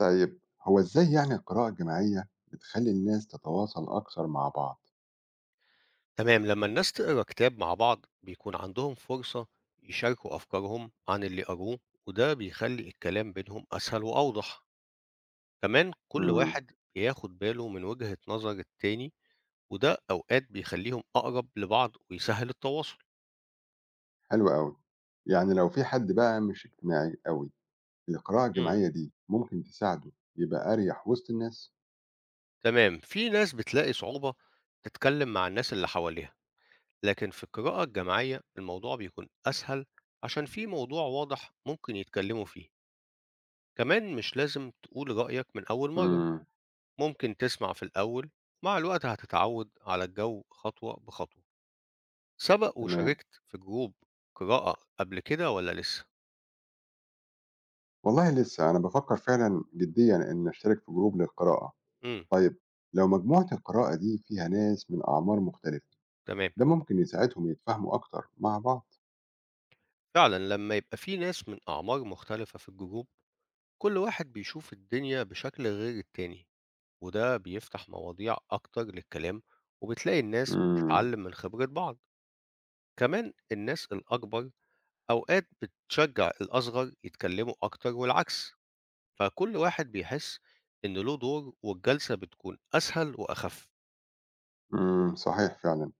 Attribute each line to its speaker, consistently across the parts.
Speaker 1: طيب هو إزاي يعني القراءة الجماعية بتخلّي الناس تتواصل أكتر مع بعض؟
Speaker 2: تمام. لما الناس تقرا كتاب مع بعض بيكون عندهم فرصة يشاركوا أفكارهم عن اللي قروه، وده بيخلي الكلام بينهم أسهل وأوضح. كمان كل
Speaker 1: إمم،
Speaker 2: واحد بياخد باله من وجهة نظر التاني، وده أوقات بيخليهم أقرب لبعض ويسهل التواصل.
Speaker 1: حلو أوي. يعني لو في حد بقى مش اجتماعي أوي، القراءة
Speaker 2: مم.
Speaker 1: الجماعية دي ممكن تساعده يبقى أريح وسط الناس؟
Speaker 2: تمام. في ناس بتلاقي صعوبة تتكلم مع الناس اللي حواليها، لكن في القراءة الجماعية الموضوع بيكون أسهل عشان في موضوع واضح ممكن يتكلموا فيه. كمان مش لازم تقول رأيك من أول مرة،
Speaker 1: إمم،
Speaker 2: ممكن تسمع في الأول، مع الوقت هتتعود على الجو خطوة بخطوة. سبق
Speaker 1: تمام.
Speaker 2: وشاركت في جروب قراءة قبل كده ولا لسه؟
Speaker 1: والله لسه، أنا بافكر فعلًا جديًا إن أشترك في جروب للقراءة.
Speaker 2: امم.
Speaker 1: طيب لو مجموعة القراءة دي فيها ناس من أعمار مختلفة،
Speaker 2: تمام.
Speaker 1: ده ممكن يساعدهم يتفاهموا أكتر مع بعض؟
Speaker 2: فعلا لما يبقى في ناس من أعمار مختلفة في الجروب، كل واحد بيشوف الدنيا بشكل غير التاني، وده بيفتح مواضيع أكتر للكلام، وبتلاقي الناس
Speaker 1: إمم،
Speaker 2: بتتعلم من خبرة بعض. كمان الناس الأكبر أوقات بتشجع الأصغر يتكلموا أكتر والعكس، فكل واحد بيحس إن له دور، والجلسة بتكون أسهل وأخف.
Speaker 1: إمم، صحيح فعلًا.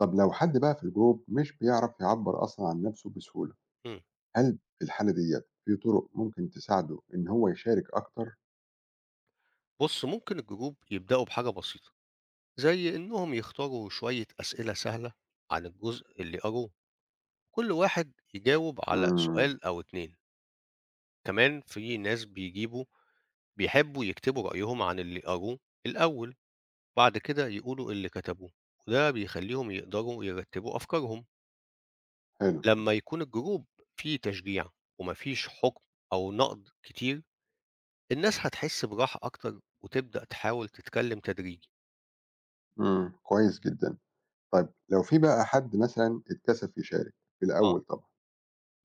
Speaker 1: طب لو حد بقى في الجروب مش بيعرف يعبر أصلا عن نفسه بسهولة
Speaker 2: مم.
Speaker 1: هل في الحالة ديت في طرق ممكن تساعده إن هو يشارك أكتر؟
Speaker 2: بص، ممكن الجروب يبدأوا بحاجة بسيطة، زي إنهم يختاروا شوية أسئلة سهلة عن الجزء اللي قروه، كل واحد يجاوب على
Speaker 1: امم
Speaker 2: سؤال أو اتنين. كمان في ناس بيجيبوا بيحبوا يكتبوا رأيهم عن اللي قروه الأول، بعد كده يقولوا اللي كتبوه، وده بيخليهم يقدروا يرتبوا أفكارهم.
Speaker 1: حلو
Speaker 2: لما يكون الجروب فيه تشجيع ومفيش حكم أو نقد كتير، الناس هتحس براحة أكتر وتبدأ تحاول تتكلم تدريجي.
Speaker 1: كويس جدا. طيب لو في بقى حد مثلا اتكسف يشارك في
Speaker 2: آه.
Speaker 1: الأول طبعا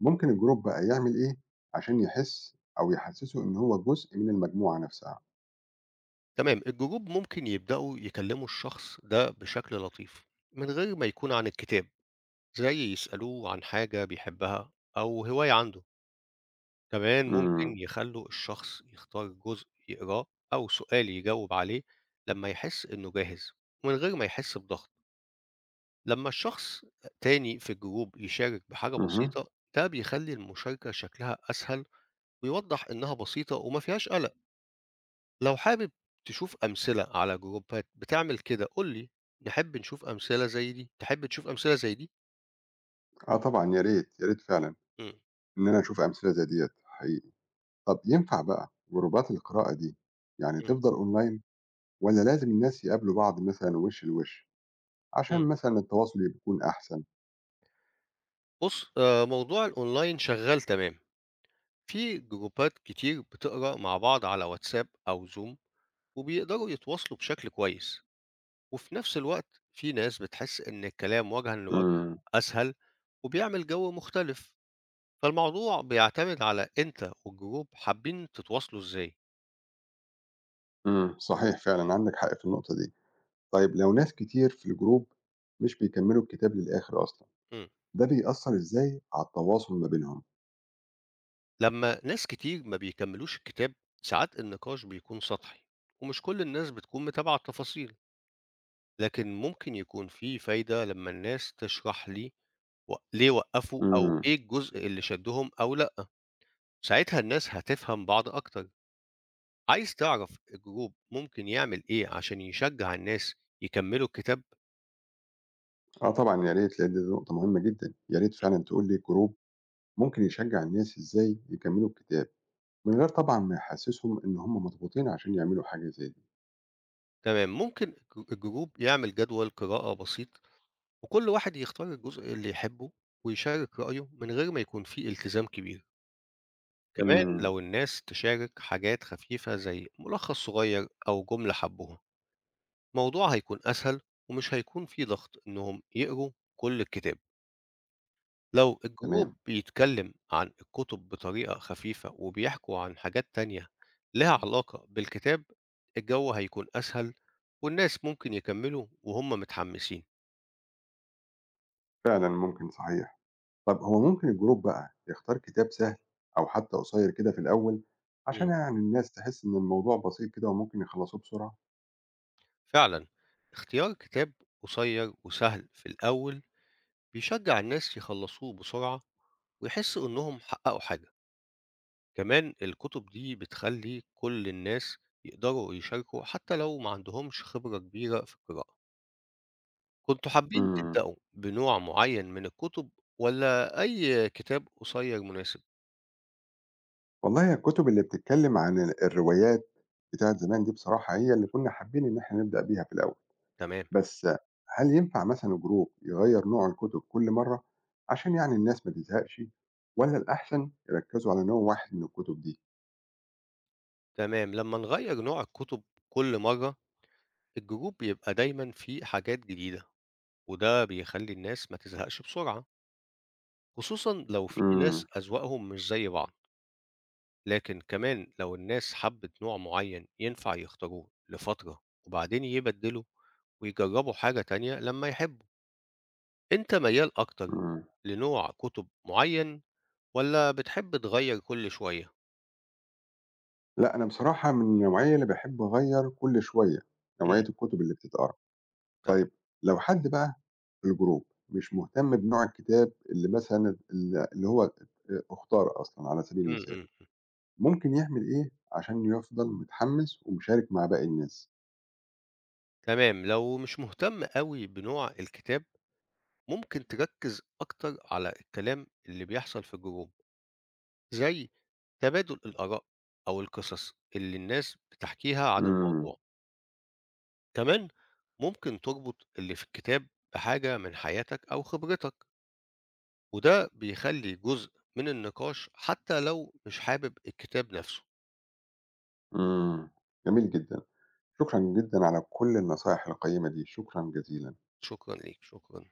Speaker 1: ممكن الجروب بقى يعمل إيه عشان يحس أو يحسسه إن هو جزء من المجموعة نفسها؟
Speaker 2: تمام، الجروب ممكن يبدأوا يكلموا الشخص ده بشكل لطيف من غير ما يكون عن الكتاب، زي يسألوه عن حاجة بيحبها أو هواية عنده. كمان ممكن
Speaker 1: امم
Speaker 2: يخلوا الشخص يختار جزء يقراه أو سؤال يجاوب عليه لما يحس إنه جاهز، من غير ما يحس بضغط. لما الشخص تاني في الجروب يشارك بحاجة
Speaker 1: امم
Speaker 2: بسيطة، ده بيخلي المشاركة شكلها أسهل، ويوضح إنها بسيطة وما فيهاش قلق. لو حابب تشوف أمثلة على جروبات بتعمل كده قُل لي، نحب نشوف أمثلة زي دي، تحب تشوف أمثلة زي دي؟
Speaker 1: آه طبعا يا ريت يا ريت فعلا
Speaker 2: إمم،
Speaker 1: إن أنا أشوف أمثلة زي ديت حقيقي. طب ينفع بقى جروبات القراءة دي يعني
Speaker 2: إمم،
Speaker 1: تفضل أونلاين والّا لازم الناس يقابلوا بعض مثلًا وِش لوِش،
Speaker 2: إمم.
Speaker 1: عشان مثلًا التواصل يكون أحسن؟
Speaker 2: بُص، موضوع الأونلاين شغّال تمام، في جروبات كتير بتقرا مع بعض على واتساب أو زوم، وبيقدروا يتواصلوا بشكل كويس، وفي نفس الوقت في ناس بتحس إن الكلام وجهًا لوجه
Speaker 1: إمم،
Speaker 2: أسهل وبيعمل جو مختلف، فالموضوع بيعتمد على أنت والجروب حابين تتواصلوا إزاي.
Speaker 1: إمم، صحيح فعلًا عندِك حق في النقطة دي. طيب لو ناس كتير في الجروب مش بيكمّلوا الكتاب للآخر أصلًا،
Speaker 2: إمم.
Speaker 1: ده بيأثّر إزاي على التواصل ما بينهم؟
Speaker 2: لما ناس كتير ما بيكملوش الكتاب ساعات النقاش بيكون سطحي، ومش كل الناس بتكون متابعة التفاصيل. لكن ممكن يكون في فايدة لما الناس تشرح لي ليه وقفوا أو
Speaker 1: إمم،
Speaker 2: إيه الجزء اللي شدهم أو لأ، ساعتها الناس هتفهم بعض أكتر. عايز تعرف الجروب ممكن يعمل إيه عشان يشجع الناس يكملوا الكتاب؟
Speaker 1: آه طبعًا يا ريت لإن دي نقطة مهمة جدًا، يا ريت فعلًا تقول لي الجروب ممكن يشجّع الناس إزاي يكمّلوا الكتاب، من غير طبعًا ما يحسّسهم إن هم مضغوطين عشان يعملوا حاجة زي دي.
Speaker 2: تمام، ممكن الجروب يعمل جدول قراءة بسيط، وكل واحد يختار الجزء اللي يحبه ويشارك رأيه من غير ما يكون فيه التزام كبير. كمان
Speaker 1: إمم،
Speaker 2: لو الناس تشارك حاجات خفيفة زي ملخص صغير أو جملة حبوها، الموضوع هيكون أسهل، ومش هيكون فيه ضغط إنهم يقروا كل الكتاب. لو
Speaker 1: تمام،
Speaker 2: الجروب بيتكلم عن الكتب بطريقة خفيفة وبيحكوا عن حاجات تانية لها علاقة بالكتاب، الجو هيكون أسهل، والناس ممكن يكملوا وهم متحمسين.
Speaker 1: فعلًا ممكن صحيح. طب هو ممكن الجروب بقى يختار كتاب سهل أو حتى قصير كده في الأول عشان
Speaker 2: مم.
Speaker 1: يعني الناس تحس إن الموضوع بسيط كده وممكن يخلصوه بسرعة؟
Speaker 2: فعلا، اختيار كتاب قصير وسهل في الأول بيشجع الناس يخلصوه بسرعة ويحسوا إنهم حققوا حاجة. كمان الكتب دي بتخلي كل الناس يقدروا يشاركوا حتى لو ما عندهمش خبرة كبيرة في القراءة. كنتوا حابين
Speaker 1: امم
Speaker 2: تبدأوا بنوع معين من الكتب ولا أي كتاب قصير مناسب؟
Speaker 1: والله هي الكتب اللي بتتكلم عن الروايات بتاعت زمان دي بصراحة هي اللي كنا حابين إن إحنا نبدأ بيها في الأول،
Speaker 2: تمام.
Speaker 1: بس هل ينفع مثلا الجروب يغير نوع الكتب كل مرة عشان يعني الناس ما تزهقش؟ ولا الأحسن يركزوا على نوع واحد من الكتب دي؟
Speaker 2: تمام، لما نغير نوع الكتب كل مرة الجروب بيبقى دايما فيه حاجات جديدة، وده بيخلي الناس ما تزهقش بسرعة، خصوصا لو في ناس
Speaker 1: امم
Speaker 2: أذواقهم مش زي بعض. لكن كمان لو الناس حبت نوع معين ينفع يختاروه لفترة، وبعدين يبدلوا ويجربوا حاجة تانية لما يحبوا. انت ميال اكتر لنوع كتب معين ولا بتحب تغير كل شوية؟
Speaker 1: لأ، أنا بصراحة من النوعية اللي باحب أغيّر كل شوية نوعية
Speaker 2: امم.
Speaker 1: الكتب اللي بتتقرا.
Speaker 2: تمام.
Speaker 1: طيب لو حد بقى في الgroup مش مهتم بنوع الكتاب اللي مثلًا ال اللي هو ات اُختار أصلًا على سبيل
Speaker 2: امم،
Speaker 1: المثال،
Speaker 2: أمم.
Speaker 1: ممكن يعمل إيه عشان يفضل متحمس ومشارك مع باقي الناس؟
Speaker 2: تمام، لو مش مهتم قوي بنوع الكتاب ممكن تركز اكتر على الكلام اللي بيحصل في الجروب، زي تبادل الآراء أو القصص اللي الناس بتحكيها عن
Speaker 1: إمم،
Speaker 2: الموضوع. كمان ممكن تربط اللي في الكتاب بحاجة من حياتك أو خبرتك، وده بيخلي جزء من النقاش حتى لو مش حابب الكتاب نفسه.
Speaker 1: إمم، جميل جدًا. شكرًا جدًا على كل النصايح القيّمة دي، شكرًا جزيلًا.
Speaker 2: شكرا ليك، شكرا.